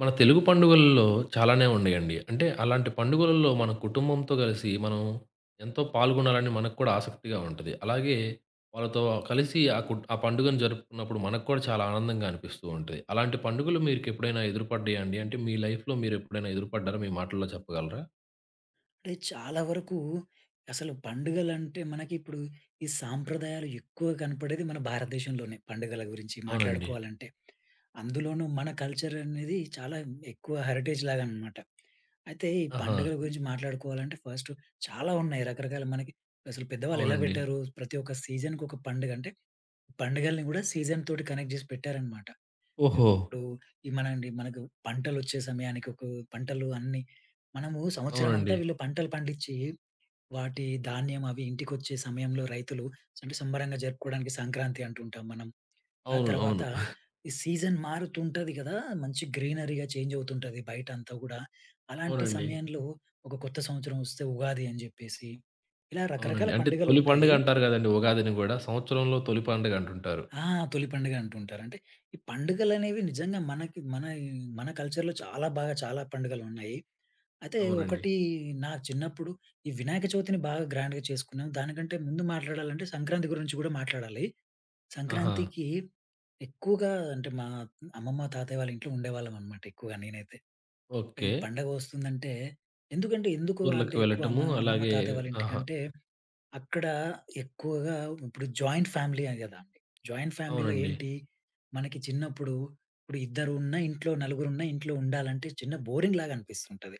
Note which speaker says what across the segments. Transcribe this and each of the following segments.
Speaker 1: మన తెలుగు పండుగలలో చాలానే ఉన్నాయండి. అంటే అలాంటి పండుగలలో మన కుటుంబంతో కలిసి మనం ఎంతో పాల్గొనాలని మనకు కూడా ఆసక్తిగా ఉంటది. అలాగే వాళ్ళతో కలిసి ఆ పండుగను జరుపుకున్నప్పుడు మనకు కూడా చాలా ఆనందంగా అనిపిస్తూ ఉంటది. అలాంటి పండుగలు మీకెప్పుడైనా ఎదురుపడ్డాయా అండి? అంటే మీ లైఫ్‌లో మీరెప్పుడైనా ఎదురుపడ్డారా? మీ మాటల్లో చెప్పగలరా?
Speaker 2: అంటే చాలా వరకు అసలు పండుగలంటే మనకిప్పుడు ఈ సాంప్రదాయాలు ఎక్కువ కనపడేది మన భారతదేశంలోనే పండుగల గురించి
Speaker 1: అవునండి.
Speaker 2: మాట్లాడుకోవాలంటే. అందులోనూ మన కల్చర్ అనేది చాలా ఎక్కువ హెరిటేజ్ లాగా అనమాట. అయితే ఈ
Speaker 1: ఆహా!
Speaker 2: పండుగల గురించి మాట్లాడుకోవాలంటే ఫస్ట్ చాలా ఉన్నాయి రకరకాల మనకి అసలు పెద్దవాళ్ళు ఎలా
Speaker 1: అవునండి.
Speaker 2: పెట్టారు? ప్రతి ఒక్క సీజన్‌కొక పండుగ అంటే పండుగల్ని కూడా సీజన్ తోటి కనెక్ట్ చేసి పెట్టారనమాట.
Speaker 1: ఓహో!
Speaker 2: ఇప్పుడు ఈ మనకు పంటలొచ్చే సమయానికి ఒక పంటలు అన్నీ మనము సంవత్సరమంతా
Speaker 1: అవునండి.
Speaker 2: వీళ్ళు పంటలు పండించి, వాటి ధాన్యం అవి ఇంటికొచ్చే సమయంలో రైతులు అంటే సంబరంగా జరుపుకోవడానికి సంక్రాంతి అంటుంటాం మనం. ఆ
Speaker 1: అవును.
Speaker 2: తర్వాత
Speaker 1: అవును.
Speaker 2: ఈ సీజన్ మారుతుంటది కదా! మంచి గ్రీనరీగా చేంజ్ అవుతుంటది బయటంతా గూడా. అలాంటి
Speaker 1: అవునండి.
Speaker 2: సమయంలో ఒక కొత్త సంవత్సరం వస్తే ఉగాది అని జెప్పేసి ఇలా రకరకాల
Speaker 1: అవునండి. అంటే తొలి
Speaker 2: పండుగలుంటాయి.
Speaker 1: పండుగ అంటారు గదండీ! ఉగాదిని గూడా. సంవత్సరంలో తొలి పండుగ అంటుంటారు.
Speaker 2: ఆ! తొలి పండుగ అంటుంటారు. అంటే ఈ పండుగలనేవి నిజంగా మనకి మన మన కల్చర్‌లో చాలా బాగా చాలా పండుగలున్నాయి. అయితే
Speaker 1: అవునండి.
Speaker 2: ఒకటి నా చిన్నప్పుడు ఈ వినాయక చవితిని బాగా గ్రాండ్‌గా చేసుకున్నాం. దానికంటే ముందు మాట్లాడాలంటే సంక్రాంతి గురించి కూడా మాట్లాడాలి.
Speaker 1: ఆహా!
Speaker 2: సంక్రాంతికి ఎక్కువగా అంటే మా అమ్మమ్మ, తాతయ్య వాళ్ళ ఇంట్లో ఉండేవాళ్ళమనమాట ఎక్కువగా నేనైతే. ఈ
Speaker 1: ఓకే.
Speaker 2: పండగొస్తుందంటే ఎందుకంటే ఎందుకు
Speaker 1: ఊర్లకు
Speaker 2: అంటే ఎక్కువ
Speaker 1: వెళ్ళటము
Speaker 2: అమ్మమ్మ,
Speaker 1: అలాగే
Speaker 2: తాతయ్య వాళ్ళ
Speaker 1: ఆహా!
Speaker 2: ఇంటికంటే అక్కడ ఎక్కువగా ఇప్పుడు జాయింట్ ఫ్యామిలీ అని కదా అండి. జాయింట్ ఫ్యామిలీలో
Speaker 1: అవునండి.
Speaker 2: ఏంటి, మనకి చిన్నప్పుడు ఇప్పుడు ఇద్దరున్నా ఇంట్లో, నలుగురున్నా ఇంట్లో ఉండాలంటే చిన్న బోరింగ్ లాగా అనిపిస్తుంటది.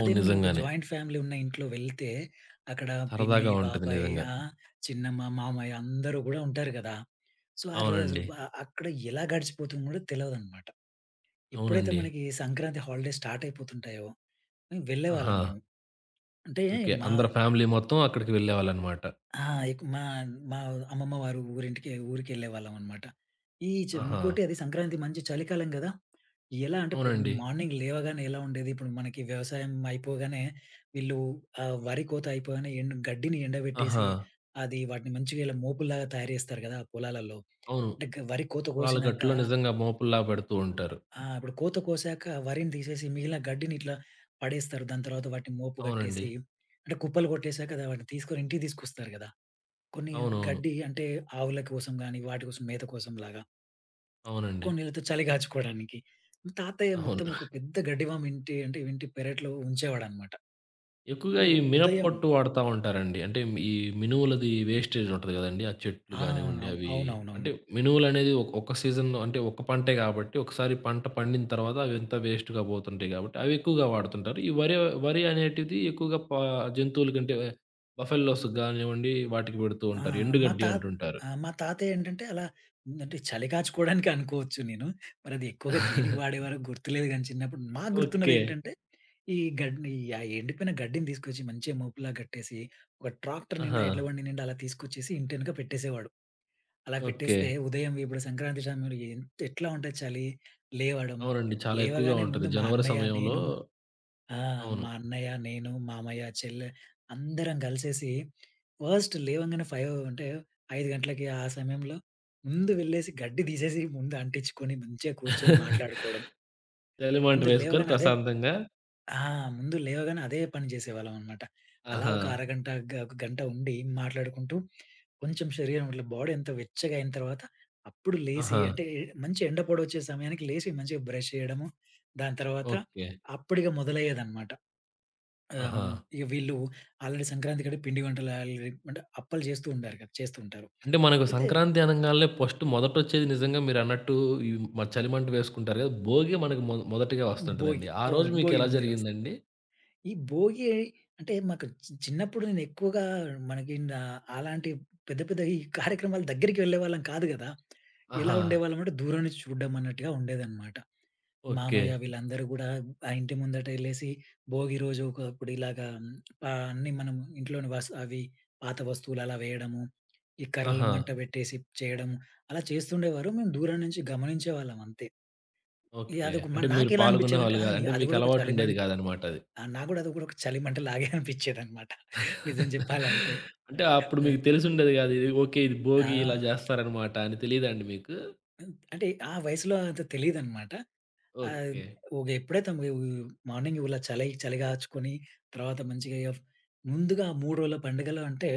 Speaker 2: అదే మనం ఒక
Speaker 1: నిజంగానే.
Speaker 2: జాయింట్ ఫ్యామిలీ ఉన్న ఇంట్లో వెళ్తే, అక్కడ పిన్ని,
Speaker 1: సరదాగా ఉంటది
Speaker 2: బాబాయి,
Speaker 1: నిజంగా.
Speaker 2: చిన్నమ్మ, మామయ్య అందరూ కూడా ఉంటారు కదా! సో, ఆ రోజు అసలు
Speaker 1: అవునండి.
Speaker 2: అక్కడ ఎలా గడిచిపోతుందో కూడా తెలవదనమాట. ఎప్పుడైతే
Speaker 1: అవునండి.
Speaker 2: మనకి సంక్రాంతి హాలిడేస్ స్టార్ట్ అయిపోతుంటాయో, మేము వెళ్ళేవాళ్ళం
Speaker 1: ఆహా!
Speaker 2: మేము. అంటే
Speaker 1: ఓకే.
Speaker 2: మా
Speaker 1: అందరు ఫ్యామిలీ మొత్తం అక్కడికి వెళ్ళేవాళ్ళనమాట.
Speaker 2: ఆ! ఎక్ మా మా అమ్మమ్మ వారు ఊరికెళ్ళేవాళ్ళమనమాట. ఈ చ
Speaker 1: ఆహా!
Speaker 2: ఇంకోటి అది సంక్రాంతి మంచి చలికాలం గదా! ఎలా అంటే
Speaker 1: అవునండి.
Speaker 2: మార్నింగ్ లేవగానే ఎలా ఉండేది, ఇప్పుడు మనకి వ్యవసాయం అయిపోగానే వీళ్ళు వరి కోత అయిపోగానే ఎండ్ గడ్డిని ఎండబెట్టేసి,
Speaker 1: ఆహా!
Speaker 2: అది వాటిని మంచిగా ఇలా మోపుల్లాగా తయారు జేస్తారు గదా! పొలాలలో.
Speaker 1: అవును.
Speaker 2: అంటే గ వరి కోత
Speaker 1: పొలాల
Speaker 2: కోసినాక
Speaker 1: గట్టులో నిజంగా మోపుల్లా పెడుతూ ఉంటారు.
Speaker 2: ఇప్పుడు కోత కోసాక వరిని తీసేసి మిగిలిన గడ్డిని ఇట్లా పడేస్తారు. దాని తర్వాత వాటిని మోపు
Speaker 1: అవునండి.
Speaker 2: గట్టేసి, అంటే కుప్పలు కొట్టేసాక వాటిని తీసుకొని ఇంటికి తీసుకొస్తారు గదా! కొన్ని
Speaker 1: అవునవును.
Speaker 2: గడ్డి అంటే ఆవుల కోసం గాని, వాటి కోసం మేత కోసంలాగా,
Speaker 1: అవునండి.
Speaker 2: కొన్నిళ్ళతో చలి కాచుకోవడానికి. తాతయ్య మొత్తం
Speaker 1: అవును.
Speaker 2: ఒక పెద్ద గడ్డివాము ఇంటి పెరట్లో ఉంచేవాడనమాట.
Speaker 1: ఎక్కువగా
Speaker 2: ఉ
Speaker 1: ఈ
Speaker 2: ఉదయం
Speaker 1: మినప్పట్టు వాడతా ఉంటారండి. అంటే ఈ మినుములది వేస్టేజ్ ఉంటది గదండీ! ఆ చెట్లు
Speaker 2: ఆ!
Speaker 1: గానివ్వండి
Speaker 2: అవు
Speaker 1: అవి
Speaker 2: అవునవునవును.
Speaker 1: అంటే మినుములనేది ఒక సీజన్‌లో అంటే ఒక పంటే గాబట్టి ఒకసారి పంట పండిన తర్వాత అవంతా వేస్ట్‌గా బోతుంటాయి గాబట్టి అవి ఎక్కువగా వాడుతుంటారు. ఈ వరి వరి అనేటిది ఎక్కువగా జంతువులకంటే బఫెల్లోస్‌కి గానివ్వండి వాటికి పెడుతూ
Speaker 2: ఆ!
Speaker 1: ఉంటారు.
Speaker 2: మా
Speaker 1: ఎండుగడ్డి
Speaker 2: తాత
Speaker 1: అంటుంటారు.
Speaker 2: ఆ! మా తాతయ్య ఏంటంటే అలా అంటే చలి కాచుకోవడానికి అనుకోవచ్చు నేను. మరి అది ఎక్కువగా దేనికి వాడేవారో గుర్తులేదు గానీ చిన్నప్పుడు. మాకు గుర్తున్నది
Speaker 1: ఓకే.
Speaker 2: ఏంటంటే ఈ గడ్డి ఈ ఆ ఎండిపోయిన గడ్డిని తీసుకొచ్చి మంచిగా మోపులా కట్టేసి, ఒక ట్రాక్టర్ నిండా
Speaker 1: ఆహా!
Speaker 2: ఎడ్ల బండి నిండా అలా తీసుకొచ్చేసి ఇంటెనక పెట్టేసేవాడు. అలా
Speaker 1: ఓకే.
Speaker 2: పెట్టేస్తే ఉదయం ఇప్పుడు సంక్రాంతి సమయంలో ఎంత ఎట్లా ఉంటది చలి. లేవడం,
Speaker 1: అవునండి. చాలా ఎక్కువగా
Speaker 2: లేవగానే
Speaker 1: ఉంటది.
Speaker 2: ముందు మా
Speaker 1: జనవరి
Speaker 2: అన్నయ్య,
Speaker 1: సమయంలో
Speaker 2: నేను ఆ!
Speaker 1: అవును.
Speaker 2: మా అన్నయ్య, నేను, మామయ్య, చెల్లె అందరం కలిసేసి ఫస్ట్ లేవంగానే 5 గంటలకి ఆ సమయంలో ముందు వెళ్ళేసి గడ్డి తీసేసి ముందు అంటించుకొని మంచిగా కూర్చొని మాట్లాడుకోవడం.
Speaker 1: చలిమంట
Speaker 2: ముందు
Speaker 1: వేసుకొని
Speaker 2: లేవగానే అదే
Speaker 1: ప్రశాంతంగా
Speaker 2: ఆ! ముందు లేవగానే అదే పని చేసేవాళ్ళమనమాట. అలా
Speaker 1: ఆహా!
Speaker 2: ఒక అరగంట, గ ఒక గంట ఉండి మాట్లాడుకుంటూ, కొంచెం శరీరం ఇట్లా బాడీ అంతా వెచ్చగా అయిన తర్వాత, అప్పుడు లేసి
Speaker 1: ఆహా!
Speaker 2: అంటే మంచి ఎండ పొడవొచ్చే సమయానికి లేసి మంచిగా బ్రష్ చేయడము, దాని తర్వాత
Speaker 1: ఓకే.
Speaker 2: అప్పుడిక మొదలయ్యేదనమాట.
Speaker 1: ఆహా!
Speaker 2: ఇక వీళ్ళు ఆల్రెడీ సంక్రాంతి కంటే పిండి వంటలు ఆల్రెడీ అంటే అప్పలు చేస్తూ ఉంటారు కదా! చేస్తూ ఉంటారు.
Speaker 1: అంటే మనకు
Speaker 2: అయితే
Speaker 1: సంక్రాంతి అనంగాల్నే ఫస్ట్ మొదటొచ్చేది నిజంగా మీరన్నట్టు ఈ మ చలిమంట వేసుకుంటారు గదా! భోగి మనకు మొదటిగా
Speaker 2: భోగి
Speaker 1: వస్తుంటదండి. ఆ రోజు
Speaker 2: అవును. భోగి
Speaker 1: మీకెలా
Speaker 2: ముందుగా వస్తది.
Speaker 1: జరిగిందండి?
Speaker 2: ఈ భోగి అంటే మాకు చిన్నప్పుడు నేను ఎక్కువగా మనకి నా అలాంటి పెద్ద పెద్ద ఈ కార్యక్రమాల దగ్గరికి వెళ్ళేవాళ్ళం కాదు గదా! ఎలా
Speaker 1: ఆహా!
Speaker 2: ఉండేవాళ్ళం అంటే దూరం నుంచి చూడడం అన్నట్టుగా ఉండేదన్నమాట.
Speaker 1: ఓకే.
Speaker 2: మామయ్య వీళ్ళందరూ గూడా ఆ ఇంటి ముందట ఎళ్ళేసి భోగి రోజు ఒకప్పుడు ఇలాగా మ్, పా అన్నీ మనం ఇంట్లోని వస్ అవి పాత వస్తువులు అలా వేయడము, ఈ కర్రలు
Speaker 1: ఆహా!
Speaker 2: మంట పెట్టేసి చేయడం అలా చేస్తుండేవారు. మేము దూరం నుంచి గమనించేవాళ్ళం అంతే.
Speaker 1: ఓకే.
Speaker 2: అదొక
Speaker 1: అంటే మీరు
Speaker 2: నాకెలా అనిపించేదంటే,
Speaker 1: పాల్గొనేవాళ్ళు
Speaker 2: ఆ!
Speaker 1: గాదు. అంటే
Speaker 2: అది గూడా ఒక చలిమం
Speaker 1: మీకలవాటుండేది గాదనమాట అది.
Speaker 2: ఆ! నాకు గూడా అది కూడా ఒక చలిమంటలాగే అనిపిచ్చేదనమాట. నిజం జెప్పాలంటే.
Speaker 1: అంటే అప్పుడు
Speaker 2: ఆ!
Speaker 1: మీకు తెలిసుండేది గాదు. ఇది ఓకే. ఇది
Speaker 2: ఆ!
Speaker 1: భోగి ఇలా జేస్తారనమాట అని తెలీదా అండి మీకు?
Speaker 2: హ్మ్. అంటే ఆ వయసులో అంత తెలీదనమాట. ఆహ్,
Speaker 1: ఓకే.
Speaker 2: ఒక ఎప్పుడైతే ము మార్నింగ్ ఇలా చలి చలి కాచుకొని తర్వాత మంచిగా ముందుగా 3 రోజుల పండుగలు అంటే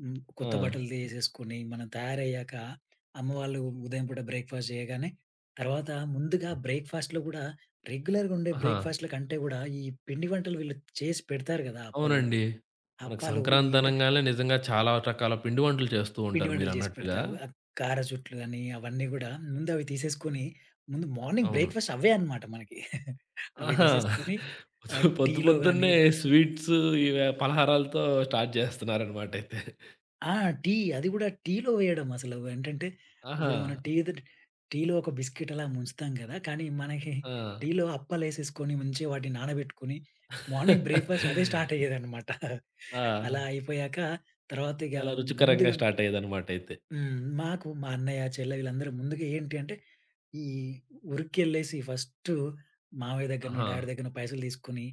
Speaker 1: ఆ!
Speaker 2: కొత్త బట్టలు తీసేసుకొని మనం తయారయ్యాక అమ్మ వాళ్ళు ఉదయం పూట బ్రేక్‌ఫాస్ట్ జేయగానే తర్వాత ముందుగా బ్రేక్‌ఫాస్ట్‌లో గూడా రెగ్యులర్‌గా ఉండే
Speaker 1: ఆహా!
Speaker 2: బ్రేక్‌ఫాస్ట్‌ల కంటే గూడా ఈ పిండి వంటలు వీళ్ళు చేసి పెడతారు గదా! అప్పలు.
Speaker 1: అవునండి. మనకు
Speaker 2: అప్పాలు ఈ
Speaker 1: సంక్రాంతి
Speaker 2: అంటే
Speaker 1: అనంగానే నిజంగా చాలా రకాల పిండి వంటలు చేస్తూ
Speaker 2: పిండి
Speaker 1: ఉంటారు
Speaker 2: వంటలు చేసి
Speaker 1: మీరన్నట్టుగా.
Speaker 2: పెడతారు. ఆ కారచుట్లు అని అవన్నీ గూడా ముందు అవి తీసేసుకొని, ముందు మార్నింగ్
Speaker 1: అవును.
Speaker 2: బ్రేక్‌ఫాస్ట్ అవే అన్నమాట మనకి. అవి
Speaker 1: ఆహా!
Speaker 2: తీసేసుకొని
Speaker 1: పొద్దు పొద్దు
Speaker 2: టీలో గాని
Speaker 1: పొద్దున్నే స్వీట్స్ ఇవే పలహారాలతో స్టార్ట్ చేస్తున్నారనమాటయితే.
Speaker 2: ఆ! టీ అది గూడా టీలో వేయడం అసలు ఏంటంటే,
Speaker 1: ఆహా!
Speaker 2: ఇప్పుడు మనం టీ ద టీలో ఒక బిస్కిట్ అలా ముంచుతాం గదా! కానీ మనకి
Speaker 1: ఆ!
Speaker 2: టీలో అప్పాలేసేసుకొని మంచిగా వాటిని నానబెట్టుకొని, మార్నింగ్ బ్రేక్‌ఫాస్ట్ అదే స్టార్ట్ అయ్యేదన్నమాట.
Speaker 1: ఆ!
Speaker 2: అలా అయిపోయాక తర్వాత ఇగ
Speaker 1: చాలా రుచికరంగా
Speaker 2: ముందుగా
Speaker 1: స్టార్ట్ అయ్యేదనమాటయితే.
Speaker 2: హ్మ్. మాకు మా అన్నయ్య, చెల్లె వీళ్ళందరూ ముందుగా ఏంటి అంటే ఈ ఉరికెళ్ళేసి ఫస్టు మామయ్య దగ్గరనో,
Speaker 1: ఆహా!
Speaker 2: డ్యాడీ దగ్గరనో పైసలు తీసుకొని,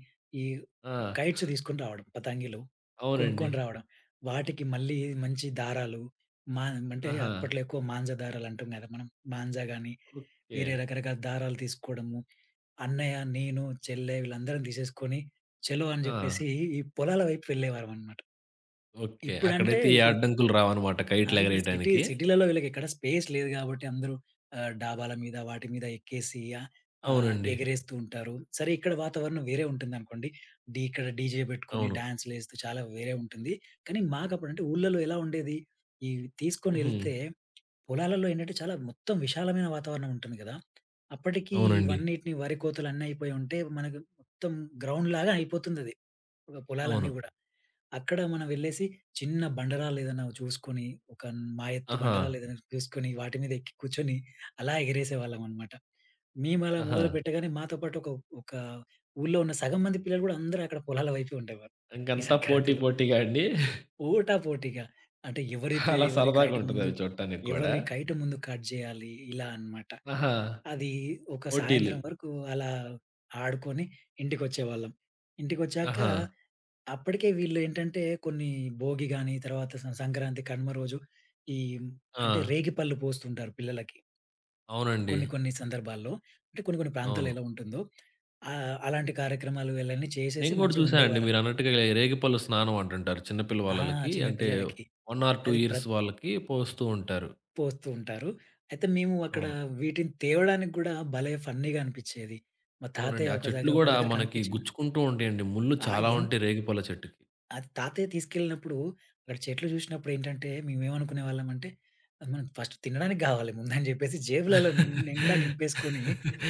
Speaker 2: ఈ
Speaker 1: ఆ!
Speaker 2: కైట్స్ తీసుకొని రావడం. పతంగిలు
Speaker 1: అవునండి.
Speaker 2: కొనుక్కొని రావడం. వాటికి మళ్ళీ మంచి దారాలు, మా అంటే
Speaker 1: ఆహా!
Speaker 2: అప్పట్లో ఎక్కువ మాంజా దారాలు అంటాం కదా మనం. మాంజా గాని,
Speaker 1: ఓకే.
Speaker 2: వేరే రకరకాల దారాలు తీసుకోవడము. అన్నయ్య, నేను, చెల్లె వీళ్ళందరం తీసేసుకొని, చలో అని
Speaker 1: ఆ!
Speaker 2: చెప్పేసి ఈ పొలాల వైపు వెళ్ళేవారమనమాట.
Speaker 1: ఓకే.
Speaker 2: ఇప్పుడంటే
Speaker 1: అక్కడైతే ఏ
Speaker 2: ఇప్పుడు
Speaker 1: అడ్డంకులు రావనమాట
Speaker 2: ఆ! ఇప్పుడు సిటీ
Speaker 1: కైట్‌లెగరేయటానికి.
Speaker 2: సిటీలలో వీళ్ళకెక్కడ స్పేస్ లేదు గాబట్టి అందరూ డాబాల మీద వాటి మీద ఎక్కేసి ఆహ్, ఆహ్,
Speaker 1: అవునండి.
Speaker 2: ఎగరేస్తూ ఉంటారు. సరే ఇక్కడ వాతావరణం వేరే ఉంటుందనుకోండి. ఇక్కడ డీజే పెట్టుకొని
Speaker 1: అవును.
Speaker 2: డాన్స్‌లేస్తూ చాలా వేరే ఉంటుంది. కానీ మాకప్పుడంటే ఊర్లలో ఎలా ఉండేది? ఈ తీసుకొని
Speaker 1: హుహు.
Speaker 2: ఎళ్తే పొలాలలో ఏంటంటే చాలా మొత్తం విశాలమైన వాతావరణం ఉంటుంది గదా! అప్పటికి
Speaker 1: అవునండి.
Speaker 2: ఇవన్నిటిని వరి కోతలు అన్నీ అయిపోయి ఉంటే మనకు మొత్తం గ్రౌండ్‌లాగా అయిపోతుందది. పొలాలన్నీ
Speaker 1: అవును.
Speaker 2: గూడా. అక్కడ మనం వెళ్ళేసి చిన్న బండరాళ్ళేదైనా చూసుకొని, ఒక మా ఎత్తు
Speaker 1: ఆహా!
Speaker 2: బండరాళ్ళేదైనా చూసుకొని, వాటి మీద ఎక్కి కూర్చొని అలా ఎగరేసేవాళ్ళమనమాట. మేమలా
Speaker 1: ఆహా!
Speaker 2: మొదలుపెట్టగానే మాతో పాటు ఒక ఒక ఊర్లో ఉన్న సగం మంది పిల్లలు గూడా అందరూ అక్కడ పొలాల వైపే ఉండేవారు. ఈ
Speaker 1: ఇంకంతా పోటీ
Speaker 2: సంక్రాంతిలో.
Speaker 1: పోటీగా అండి?
Speaker 2: పోటాపోటీగా అంటే ఎవరైతే
Speaker 1: అలా
Speaker 2: ఎవరి
Speaker 1: సరదాగా
Speaker 2: కైట్ ముందు
Speaker 1: ఉంటదవి చూడటానికి కూడా.
Speaker 2: ఎవరి కైట్ ముందు కట్ జేయాలి ఇలా అనమాట.
Speaker 1: ఆహా!
Speaker 2: అది ఒక
Speaker 1: పోటీలు.
Speaker 2: సాయంత్రం వరకు అలా ఆడుకొని ఇంటికొచ్చేవాళ్ళం. ఇంటికొచ్చాక
Speaker 1: ఆహా!
Speaker 2: అప్పటికే వీళ్ళేంటంటే కొన్ని భోగి గాని, తర్వాత సంక్రాంతి, కనుమ రోజు ఈ
Speaker 1: ఆ!
Speaker 2: అంటే రేగిపళ్ళు పోస్తుంటారు పిల్లలకి.
Speaker 1: అవునండి.
Speaker 2: కొన్ని కొన్ని సందర్భాల్లో. అంటే కొన్ని కొన్ని ప్రాంతాల్లో
Speaker 1: అవును.
Speaker 2: ఎలా ఉంటుందో అలాంటి కార్యక్రమాలు ఇలాన్నీ చేసేసి
Speaker 1: నేను గూడా
Speaker 2: మంచిగా
Speaker 1: చూసానండి
Speaker 2: ఉండేవారనమాట.
Speaker 1: మీరన్నట్టుగా రేగిపళ్ళు స్నానం అంటుంటారు చిన్న
Speaker 2: ఆ!
Speaker 1: పిల్లవాళ్ళకి.
Speaker 2: చిన్న
Speaker 1: అంటే
Speaker 2: పిల్లలకి.
Speaker 1: 1 ఆర్ 2
Speaker 2: అది
Speaker 1: ఇయర్స్
Speaker 2: ప్రత్
Speaker 1: వాళ్ళకి పోస్తూ ఉంటారు.
Speaker 2: పోస్తూ ఉంటారు. అయితే మేము అక్కడ
Speaker 1: అవును.
Speaker 2: వీటిని తేవడానికి గూడా భలే ఫన్నీగా అనిపిచ్చేది. మా
Speaker 1: అవునండి.
Speaker 2: తాతయ్య
Speaker 1: ఆ
Speaker 2: ఒక
Speaker 1: చెట్లు
Speaker 2: దగ్గర ఒక
Speaker 1: గూడా
Speaker 2: దగ్గర
Speaker 1: మనకి
Speaker 2: కనిపించిన
Speaker 1: గుచ్చుకుంటూ ఉంటాయండి. ముళ్ళు
Speaker 2: ఆ!
Speaker 1: చాలా
Speaker 2: ఎన్
Speaker 1: ఉంటాయి రేగిపళ్ళ చెట్టుకి.
Speaker 2: అది తాతయ్య తీసుకెళ్ళినప్పుడు, అక్కడ చెట్లు జూసినప్పుడేంటంటే, మేమేమనుకునేవాళ్ళమంటే, మనం ఫస్ట్ తినడానికి గావాలి ముందని జెప్పేసి జేబులలో నిండా నింపేసుకొని,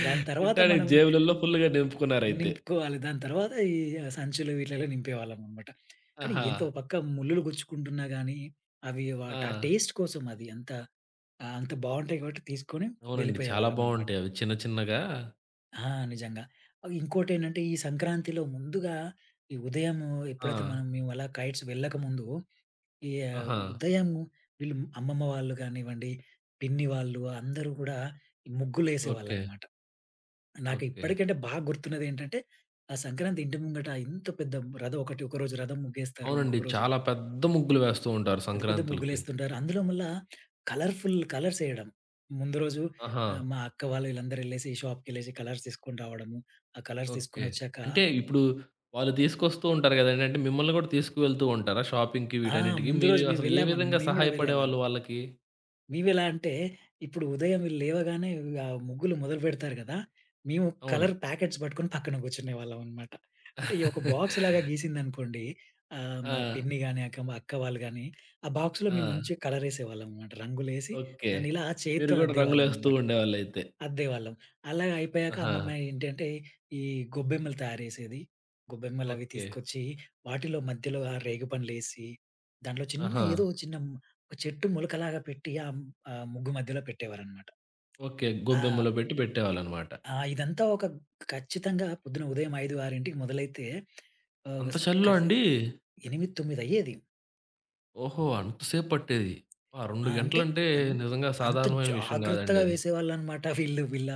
Speaker 2: దాని తర్వాత
Speaker 1: తింటానికి
Speaker 2: మనం
Speaker 1: జేబులలో ఫుల్‌గా నింపుకున్నారయితే.
Speaker 2: నింపుకోవాలి. దాని తర్వాత ఈ సంచులు వీటిలలో నింపేవాళ్ళమనమాట. కానీ
Speaker 1: ఆహా!
Speaker 2: ఎంత ఓ పక్క ముల్లులు గుచ్చుకుంటున్నా గానీ, అవి వాటి ఆ
Speaker 1: ఆ!
Speaker 2: టేస్ట్ కోసం అది అంత అంత బావుంటాయి గాబట్టి తీసుకొని
Speaker 1: అవునండి. చాలా
Speaker 2: వెళ్ళిపోయేవాళ్ళమనమాట.
Speaker 1: బావుంటాయి అవి. చిన్న చిన్నగా
Speaker 2: ఆ! నిజంగా. ఇంకోటేంటంటే, ఈ సంక్రాంతిలో ముందుగా ఈ ఉదయము
Speaker 1: ఆ!
Speaker 2: ఎప్పుడైతే మేము అలా కైట్స్ వెళ్ళకముందు
Speaker 1: ఆహా!
Speaker 2: ఉదయం వీళ్ళు అమ్మమ్మ వాళ్ళు గానివ్వండి, పిన్ని వాళ్ళు అందరూ గూడా
Speaker 1: ఓకే.
Speaker 2: ముగ్గులేసేవాళ్ళనమాట. నాకు
Speaker 1: ఓకే.
Speaker 2: ఇప్పటికంటే బాగా గుర్తున్నదేంటంటే, ఆ సంక్రాంతి ఇంటి ముంగట ఇంత పెద్ద రథం ఒకరోజు రథం ముగ్గేస్తారు.
Speaker 1: అవునండి.
Speaker 2: ఇంకొక రోజు
Speaker 1: చాలా పెద్ద ముగ్గులు వేస్తూ ఉంటారు
Speaker 2: పెద్ద పెద్ద
Speaker 1: సంక్రాంతులకి.
Speaker 2: ముగ్గులేస్తుంటారు. అందులో మళ్ళా కలర్‌ఫుల్ కలర్స్ ఎయడం. ముందు రోజు
Speaker 1: ఆహా!
Speaker 2: మా అక్క వాళ్ళు వీళ్ళందరూ ఎళ్ళేసి షాప్‌కెళ్ళేసి కలర్స్ తీసుకొని రావడము. ఆ కలర్స్
Speaker 1: ఓకే.
Speaker 2: తీసుకొనొచ్చాక
Speaker 1: అంటే ఇప్పుడు వాళ్ళు తీసుకొస్తూ ఉంటారు గదండీ! అంటే మిమ్మల్ని గూడా తీసుకువెళ్తూ ఉంటారా షాపింగ్‌కి
Speaker 2: ఆ!
Speaker 1: వీటన్నిటికి?
Speaker 2: ముందు
Speaker 1: మీరు
Speaker 2: రోజు
Speaker 1: అసలు ఏ విధంగా
Speaker 2: మేము గూడా వెళ్ళేవాళ్ళం.
Speaker 1: సహాయపడేవాళ్ళు వాళ్ళకి?
Speaker 2: మేమెలా అంటే, ఇప్పుడు ఉదయం వీళ్ళు లేవగానే ముగ్గులు మొదలుపెడతారు గదా! మేము
Speaker 1: అవును.
Speaker 2: కలర్ ప్యాకెట్స్ పట్టుకొని పక్కన కూర్చునేవాళ్ళమనమాట. అంటే ఈ ఒక బాక్స్ లాగా గీసిందనుకోండి, మా
Speaker 1: ఆ!
Speaker 2: పిన్ని గాని, మా అక్క వాళ్ళు గాని, ఆ బాక్స్‌లో
Speaker 1: ఆ!
Speaker 2: మేము మంచిగా కలరేసేవాళ్ళమనమాట. రంగులేసి
Speaker 1: ఓకే.
Speaker 2: దాన్ని ఇలా
Speaker 1: మీరు
Speaker 2: చేత్తో
Speaker 1: గూడా రంగులేస్తూ
Speaker 2: అద్దేవాళ్ళమనమాట.
Speaker 1: ఉండేవాళ్ళైతే.
Speaker 2: అద్దేవాళ్ళం. అలా అయిపోయాక
Speaker 1: ఆహా!
Speaker 2: అమ్మమ్మ ఏంటంటే, ఈ గొబ్బెమ్మలు తయారు చేసేది. గొబ్బెమ్మలవి
Speaker 1: ఓకే.
Speaker 2: తీసుకొచ్చి, వాటిలో మధ్యలో ఆ రేగిపండ్లేసి, దాంట్లో
Speaker 1: ఆహా!
Speaker 2: చిన్న ఒక చెట్టు మొలకలాగా పెట్టి ఆ ఆ ముగ్గు మధ్యలో పెట్టేవారనమాట.
Speaker 1: ఓకే.
Speaker 2: ఆహ్,
Speaker 1: గొబ్బెమ్మలో పెట్టేవాళ్ళనమాట.
Speaker 2: ఆహ్, ఇదంతా ఒక ఖచ్చితంగా పొద్దున ఉదయం 5, 6కి మొదలైతే ఆహ్,
Speaker 1: అంత
Speaker 2: స్
Speaker 1: చలిలో
Speaker 2: ఖచి
Speaker 1: అండి?
Speaker 2: 8, 9 అయ్యేది.
Speaker 1: ఓహో! అంత సేపు పట్టేది. ఆ!
Speaker 2: ఆ!
Speaker 1: 2
Speaker 2: అంటే
Speaker 1: గంటలంటే
Speaker 2: అన్
Speaker 1: నిజంగా
Speaker 2: అంత
Speaker 1: సాధారణమైన విషయం గాదండి
Speaker 2: జాగ్రత్తగా
Speaker 1: అది.
Speaker 2: వేసేవాళ్ళనమాట వీళ్ళు.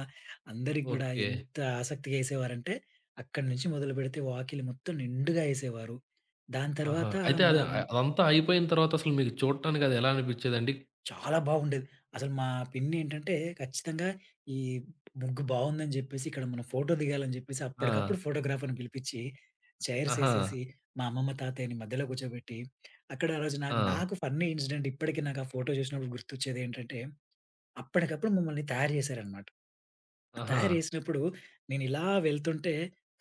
Speaker 2: అందరికి గూడా
Speaker 1: ఓకే.
Speaker 2: ఎంత ఆసక్తిగా ఏసేవారంటే, అక్కడి నుంచి మొదలుపెడితే వాకిలి మొత్తం నిండుగా ఏసేవారు. దాని
Speaker 1: ఆహా!
Speaker 2: తర్వాత
Speaker 1: అయితే
Speaker 2: మా
Speaker 1: అది అదంతా అయిపోయిన తర్వాత అసలు మీకు చూడటానికి అది ఎలా అనిపిచ్చేదండి?
Speaker 2: చాలా బాగుండేది. అసలు మా పిన్నేంటంటే ఖచ్చితంగా ఈ ముగ్గు బావుందని జెప్పేసి, ఇక్కడ మనం ఫోటో దిగాలని జెప్పేసి అప్పటికప్పుడు
Speaker 1: ఆ!
Speaker 2: ఫోటోగ్రాఫర్‌ని పిలిపిచ్చి, చైర్స్
Speaker 1: ఆహా!
Speaker 2: ఏసేసి, మా అమ్మమ్మ, తాతయ్యని మధ్యలో కూర్చోబెట్టి, అక్కడ ఆ రోజు నాకు
Speaker 1: ఆ!
Speaker 2: నాకు ఫన్నీ ఇన్సిడెంట్ ఇప్పటికి నాకు ఆ ఫోటో జూసినప్పుడు గుర్తొచ్చేదేంటంటే, అప్పటికప్పుడు మమ్మల్ని తయారు జేశారనమాట.
Speaker 1: ఆహా!
Speaker 2: తయారు జేసినప్పుడు నేనిలా వెళ్తుంటే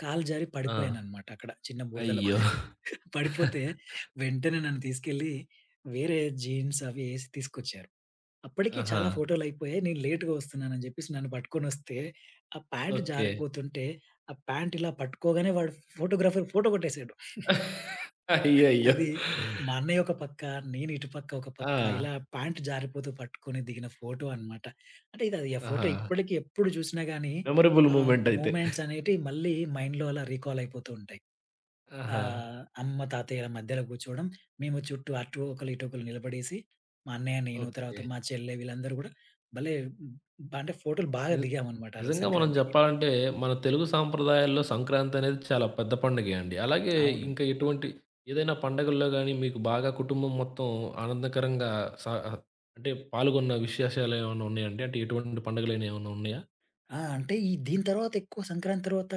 Speaker 2: కాలు జారి
Speaker 1: ఆ!
Speaker 2: పడిపోయాననమాట అక్కడ చిన్న బురదలో.
Speaker 1: అయ్యో!
Speaker 2: పడిపోతే వెంటనే నన్ను తీసుకెళ్ళి వేరే జీన్స్ అవి ఏసి తీసుకొచ్చారు. అప్పటికి
Speaker 1: ఆహా!
Speaker 2: చాలా ఫోటోలయిపోయాయి. నేను లేట్‌గా వస్తున్నానని జెప్పేసి నన్ను పట్టుకొనొస్తే, ఆ ప్యాంట్
Speaker 1: ఓకే.
Speaker 2: జారిపోతుంటే, ఆ ప్యాంట్ ఇలా పట్టుకోగానే వాడు ఫోటోగ్రాఫర్ ఫోటో కొట్టేసాడు.
Speaker 1: అయ్యయ్యో!
Speaker 2: అది మా అన్నయ్య ఒక పక్క, నేను ఇటు పక్క ఒక పక్క ఇలా
Speaker 1: ఆ!
Speaker 2: ప్యాంట్ జారిపోతూ పట్టుకొని దిగిన ఫోటో అనమాట. అంటే ఇది అది ఆ ఫోటో
Speaker 1: ఆహా!
Speaker 2: ఇప్పటికి ఎప్పుడు చూసినా గానీ,
Speaker 1: మెమరబుల్
Speaker 2: ఆ
Speaker 1: మూమెంట్ అయితే.
Speaker 2: మూమెంట్స్ అనేటివి మళ్ళీ మైండ్‌లో అలా రీకాల్ అయిపోతూ ఉంటాయి.
Speaker 1: ఆహా!
Speaker 2: అమ్మ, తాతయ్యల మధ్యలో కూర్చోవడం. మేము చుట్టూ అటు ఒకళ్ళు, ఇటు ఒకళ్ళు నిలబడేసి మా అన్నయ్య, నేను తర్వాత
Speaker 1: ఓకే.
Speaker 2: మా చెల్లె వీళ్ళందరూ గూడా భలే బ్ అంటే ఫోటోలు బాగా
Speaker 1: ని
Speaker 2: దిగామనమాట ఆ రోజు
Speaker 1: నిజంగా మనం
Speaker 2: సంక్రాంతికి.
Speaker 1: జెప్పాలంటే, మన తెలుగు సాంప్రదాయాల్లో సంక్రాంతనేది చాలా పెద్ద పండగే అండి. అలాగే
Speaker 2: అవును.
Speaker 1: ఇంకా ఎటువంటి ఏదైనా పండగల్లో గాని, మీకు బాగా కుటుంబం మొత్తం ఆనందకరంగా సా ఆహ్, అంటే పాల్గొన్న విశేషాలేమన్నా ఉన్నాయండి? అంటే ఎటువంటి పండుగలైనా ఏమన్నా ఉన్నాయా?
Speaker 2: అంటే దీని తర్వాత ఎక్కువ సంక్రాంతి తర్వాత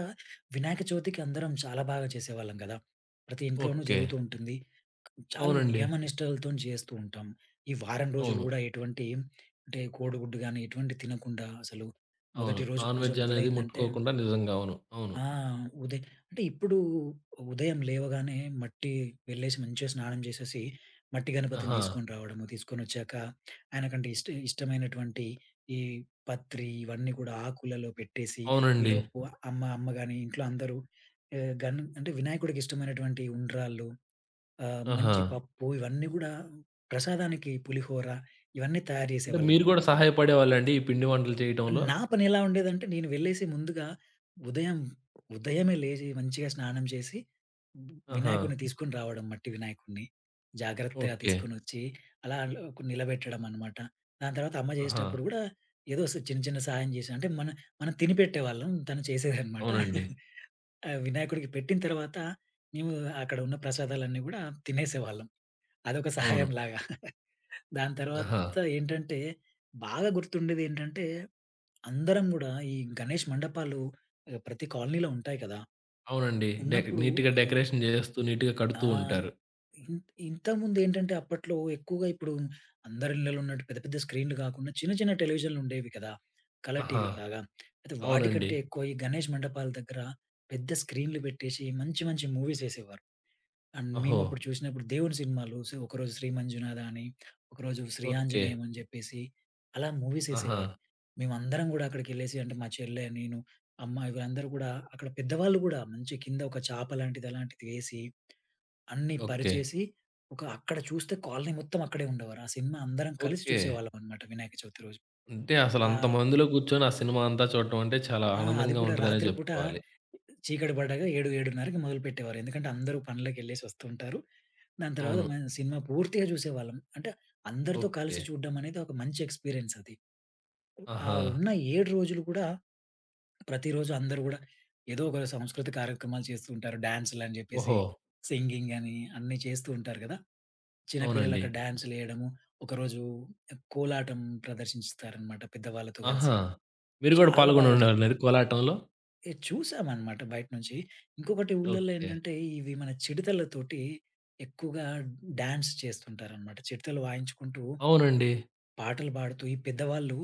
Speaker 2: వినాయక చవితికి అందరం చాలా బాగా చేసేవాళ్ళం గదా! ప్రతి ఇంట్లోనూ
Speaker 1: ఓకే.
Speaker 2: జరుగుతూ ఉంటుంది. చాలా
Speaker 1: అవునండి.
Speaker 2: నియమ నిష్టలతోని చేస్తూ ఉంటాం. ఈ వారం రోజులు
Speaker 1: అవును.
Speaker 2: గూడా ఎటువంటి అంటే కోడిగుడ్డు గాని ఎటువంటివి తినకుండా అసలు
Speaker 1: అవును.
Speaker 2: మొదటి రోజు
Speaker 1: నాన్
Speaker 2: పూజ
Speaker 1: వెజ్ అనేది
Speaker 2: మొదలైందంటే
Speaker 1: ముట్టుకోకుండా నిజంగా అవును. అవును.
Speaker 2: ఆ! ఉదయం అంటే ఇప్పుడు ఉదయం లేవగానే మట్టి వెళ్ళేసి మంచిగా స్నానం చేసేసి, మట్టి గణపతిని
Speaker 1: ఆహా!
Speaker 2: తీసుకొని రావడము, తీసుకొనొచ్చాక ఆయనకంటే ఇష్టమైనటువంటి ఈ పత్రి ఇవన్నీ కూడా ఆకులలో పెట్టేసి,
Speaker 1: అవునండి.
Speaker 2: ఈలోపు అమ్మ అమ్మ గాని ఇంట్లో అందరూ ఆహ్, గన్ అంటే వినాయకుడికి ఇష్టమైనటువంటి ఉండ్రాళ్ళు,
Speaker 1: ఆహా!
Speaker 2: మంచి పప్పు ఇవన్నీ కూడా ప్రసాదానికి పులిహోర ఇవన్నీ తయారు
Speaker 1: అంటే మీరు
Speaker 2: చేసేవాళ్ళనమాట
Speaker 1: గూడా
Speaker 2: వీళ్ళు.
Speaker 1: సహాయపడేవాళ్ళండి? ఈ పిండి వంటలు చేయటంలో?
Speaker 2: నా పనెలా ఉండేదంటే నేను వెళ్ళేసి ముందుగా ఉదయం ఉదయమే లేచి మంచిగా స్నానం చేసి
Speaker 1: ఆహా!
Speaker 2: వినాయకుడిని తీసుకొని రావడం మట్టి వినాయకుడిని. జాగ్రత్తగా
Speaker 1: ఓకే.
Speaker 2: తీసుకొనొచ్చి అలా నిలబెట్టడం అన్నమాట. దాని తర్వాత అమ్మ
Speaker 1: ఆహా!
Speaker 2: చేసేటప్పుడు గూడా ఏదో స్ చిన్న చిన్న సహాయం చేశా. అంటే మన మనం తిని పెట్టేవాళ్ళం. తను చేసేదన్నమాట.
Speaker 1: అవునండి.
Speaker 2: ఆ వినాయకుడికి పెట్టిన తర్వాత మేము అక్కడ ఉన్న ప్రసాదాలన్నీ గూడా తినేసేవాళ్ళం. అదొక
Speaker 1: అవును.
Speaker 2: సహాయంలాగా. దాని
Speaker 1: ఆహా!
Speaker 2: తర్వాత ఏంటంటే, బాగా గుర్తుండేదేంటంటే, అందరం గూడా ఈ గణేష్ మండపాలు ప్రతి కాలనీలో ఉంటాయి కదా!
Speaker 1: అవునండి.
Speaker 2: ఉన్నప్పుడు
Speaker 1: నీట్‌గా
Speaker 2: ఆహ్,
Speaker 1: డెకరేషన్ జేస్తూ, నీట్‌గా
Speaker 2: ఆ!
Speaker 1: కడుతూ ఉంటారు.
Speaker 2: ఇన్ ఇంతకుముందేంటంటే, అప్పట్లో ఎక్కువగా ఇప్పుడు అందరి ఇళ్లలో ఉన్నట్టు పెద్ద పెద్ద స్క్రీన్‌లు కాకుండా చిన్న చిన్న టెలివిజన్‌లుండేవి కదా! కలర్
Speaker 1: ఆహా!
Speaker 2: టీవీలాగా. అయితే
Speaker 1: అవునండి.
Speaker 2: వాటికంటే ఎక్కువ ఈ గణేష్ మండపాల దగ్గర పెద్ద స్క్రీన్‌లు పెట్టేసి మంచి మంచి మూవీస్ ఏసేవారు. అండ్
Speaker 1: ఓహో!
Speaker 2: మేమప్పుడు చూసినప్పుడు దేవుడి సినిమాలు ఒకరోజు 'శ్రీ మంజునాథ' అని, ఒకరోజు 'శ్రీ
Speaker 1: ఓకే.
Speaker 2: ఆంజనేయం' అని చెప్పేసి అలా మూవీస్
Speaker 1: ఆహా!
Speaker 2: ఏసేవారు. మేమందరం గూడా అక్కడికెళ్ళేసి అంటే మా చెల్లె, నేను, అమ్మ వీళ్ళందరూ గూడా అక్కడ పెద్దవాళ్ళు గూడా మంచి కింద ఒక చాప లాంటిది అలాంటిది వేసి, అన్నీ
Speaker 1: ఓకే.
Speaker 2: పరిచేసి అక్కడ చూస్తే కాలనీ మొత్తం అక్కడే ఉండేవారు. ఆ సినిమా అందరం కలిసి
Speaker 1: ఓకే.
Speaker 2: చూసేవాళ్ళమనమాట వినాయక చవితి రోజు.
Speaker 1: అంటే
Speaker 2: ఆ!
Speaker 1: అసలంత మందిలో కూర్చొని ఆ సినిమా అంతా చూడటం అంటే చాలా
Speaker 2: ఆ! అది
Speaker 1: ఆనందంగా
Speaker 2: కూడా
Speaker 1: ఉంటదనే
Speaker 2: రాత్రి పూట
Speaker 1: జెప్పుకోవాలి.
Speaker 2: చీకటి పడ్డాక 7, 7:30కి మొదలుపెట్టేవారు. ఎందుకంటే అందరూ పనులకెళ్ళేసి వస్తుంటారు. దాని తర్వాత
Speaker 1: అవును.
Speaker 2: మనం సినిమా పూర్తిగా చూసేవాళ్ళం. అంటే అందరితో కలిసి
Speaker 1: ఓకే.
Speaker 2: చూడడం అనేది ఒక మంచి ఎక్స్‌పీరియన్స్ అది. ఆ
Speaker 1: ఆహా!
Speaker 2: ఉన్న 7 రోజులు కూడా ప్రతిరోజు అందరూ గూడా ఏదో ఒక సంస్కృతి కార్యక్రమాలు చేస్తూ ఉంటారు. డాన్సులని జెప్పేసి,
Speaker 1: ఓహో!
Speaker 2: సింగింగ్ అని అన్నీ చేస్తూ ఉంటారు గదా! చిన్న పిల్లలు
Speaker 1: అవునండి.
Speaker 2: అక్కడ డాన్సులేయడము, ఒకరోజు కోలాటం ప్రదర్శిస్తారనమాట పెద్దవాళ్ళతో
Speaker 1: ఆహా!
Speaker 2: కలిసి.
Speaker 1: మీరు గూడా
Speaker 2: చాలా బాగా జరుగుతుంది.
Speaker 1: పాల్గొనుండాలనేది కోలాటంలో?
Speaker 2: ఏ చూసామనమాట బయట నుంచి. ఇంకొకటి ఊర్లల్లో
Speaker 1: ఓకే.
Speaker 2: ఏంటంటే, ఇవి మన చిడతలతోటి ఎక్కువగా డాన్స్ చేస్తుంటారనమాట. చిడతలు వాయించుకుంటూ,
Speaker 1: అవునండి.
Speaker 2: పాటలు పాడుతూ ఈ పెద్దవాళ్ళు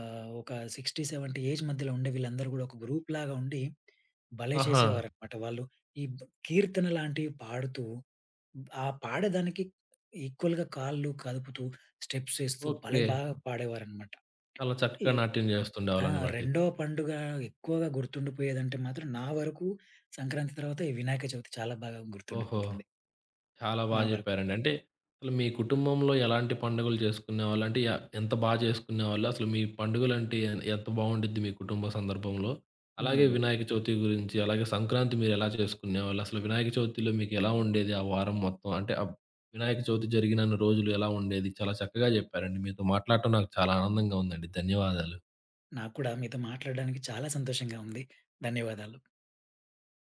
Speaker 2: ఒక 60, 70 ఏజ్ మధ్యలో ఉండే వీళ్ళందరూ గూడా ఒక గ్రూప్‌లాగా ఉండి, భలే
Speaker 1: ఆహా!
Speaker 2: చేసేవారనమాట. వాళ్ళు ఈ బ్ కీర్తన లాంటివి పాడుతూ, ఆ పాడేదానికి ఈక్వల్‌గా కాళ్ళు కదుపుతూ, స్టెప్స్ ఏస్తూ భలే
Speaker 1: ఓకే.
Speaker 2: బాగా పాడేవారనమాట.
Speaker 1: చాలా
Speaker 2: అంటే
Speaker 1: చక్కగా నాట్యం
Speaker 2: ఆ! రెండో
Speaker 1: జేస్తుండేవాళ్ళనమాటయితే.
Speaker 2: పండుగ ఎక్కువగా గుర్తుండిపోయేదంటే మాత్రం నా వరకు సంక్రాంతి తర్వాత ఈ వినాయక చవితి చాలా బాగా
Speaker 1: ఓహో!
Speaker 2: గుర్తుండిపోతుంది.
Speaker 1: చాలా
Speaker 2: నా
Speaker 1: బాగా
Speaker 2: వరకు.
Speaker 1: చెప్పారండి. అంటే అసలు మీ కుటుంబంలో ఎలాంటి పండుగలు చేసుకునేవాళ్ళు? అంటే ఎంత చేసుకునేవాళ్ళు? అసలు మీ పండుగలంటే ఎంత బావుండిద్ది మీ కుటుంబ సందర్భంలో? అలాగే
Speaker 2: హ్మ్.
Speaker 1: వినాయక చవితి గురించి, అలాగే సంక్రాంతి మీరెలా చేసుకునేవాళ్ళు? అసలు వినాయక చవితిలో మీకెలా ఉండేది ఆ వారం మొత్తం? వినాయక చవితి జరిగినన్ని రోజులు ఎలా ఉండేది? చాలా చక్కగా చెప్పారండి. మీతో మాట్లాడటం నాకు చాలా ఆనందంగా ఉందండి. ధన్యవాదాలు.
Speaker 2: నాకు కూడా మీతో మాట్లాడడానికి చాలా సంతోషంగా ఉంది. ధన్యవాదాలు.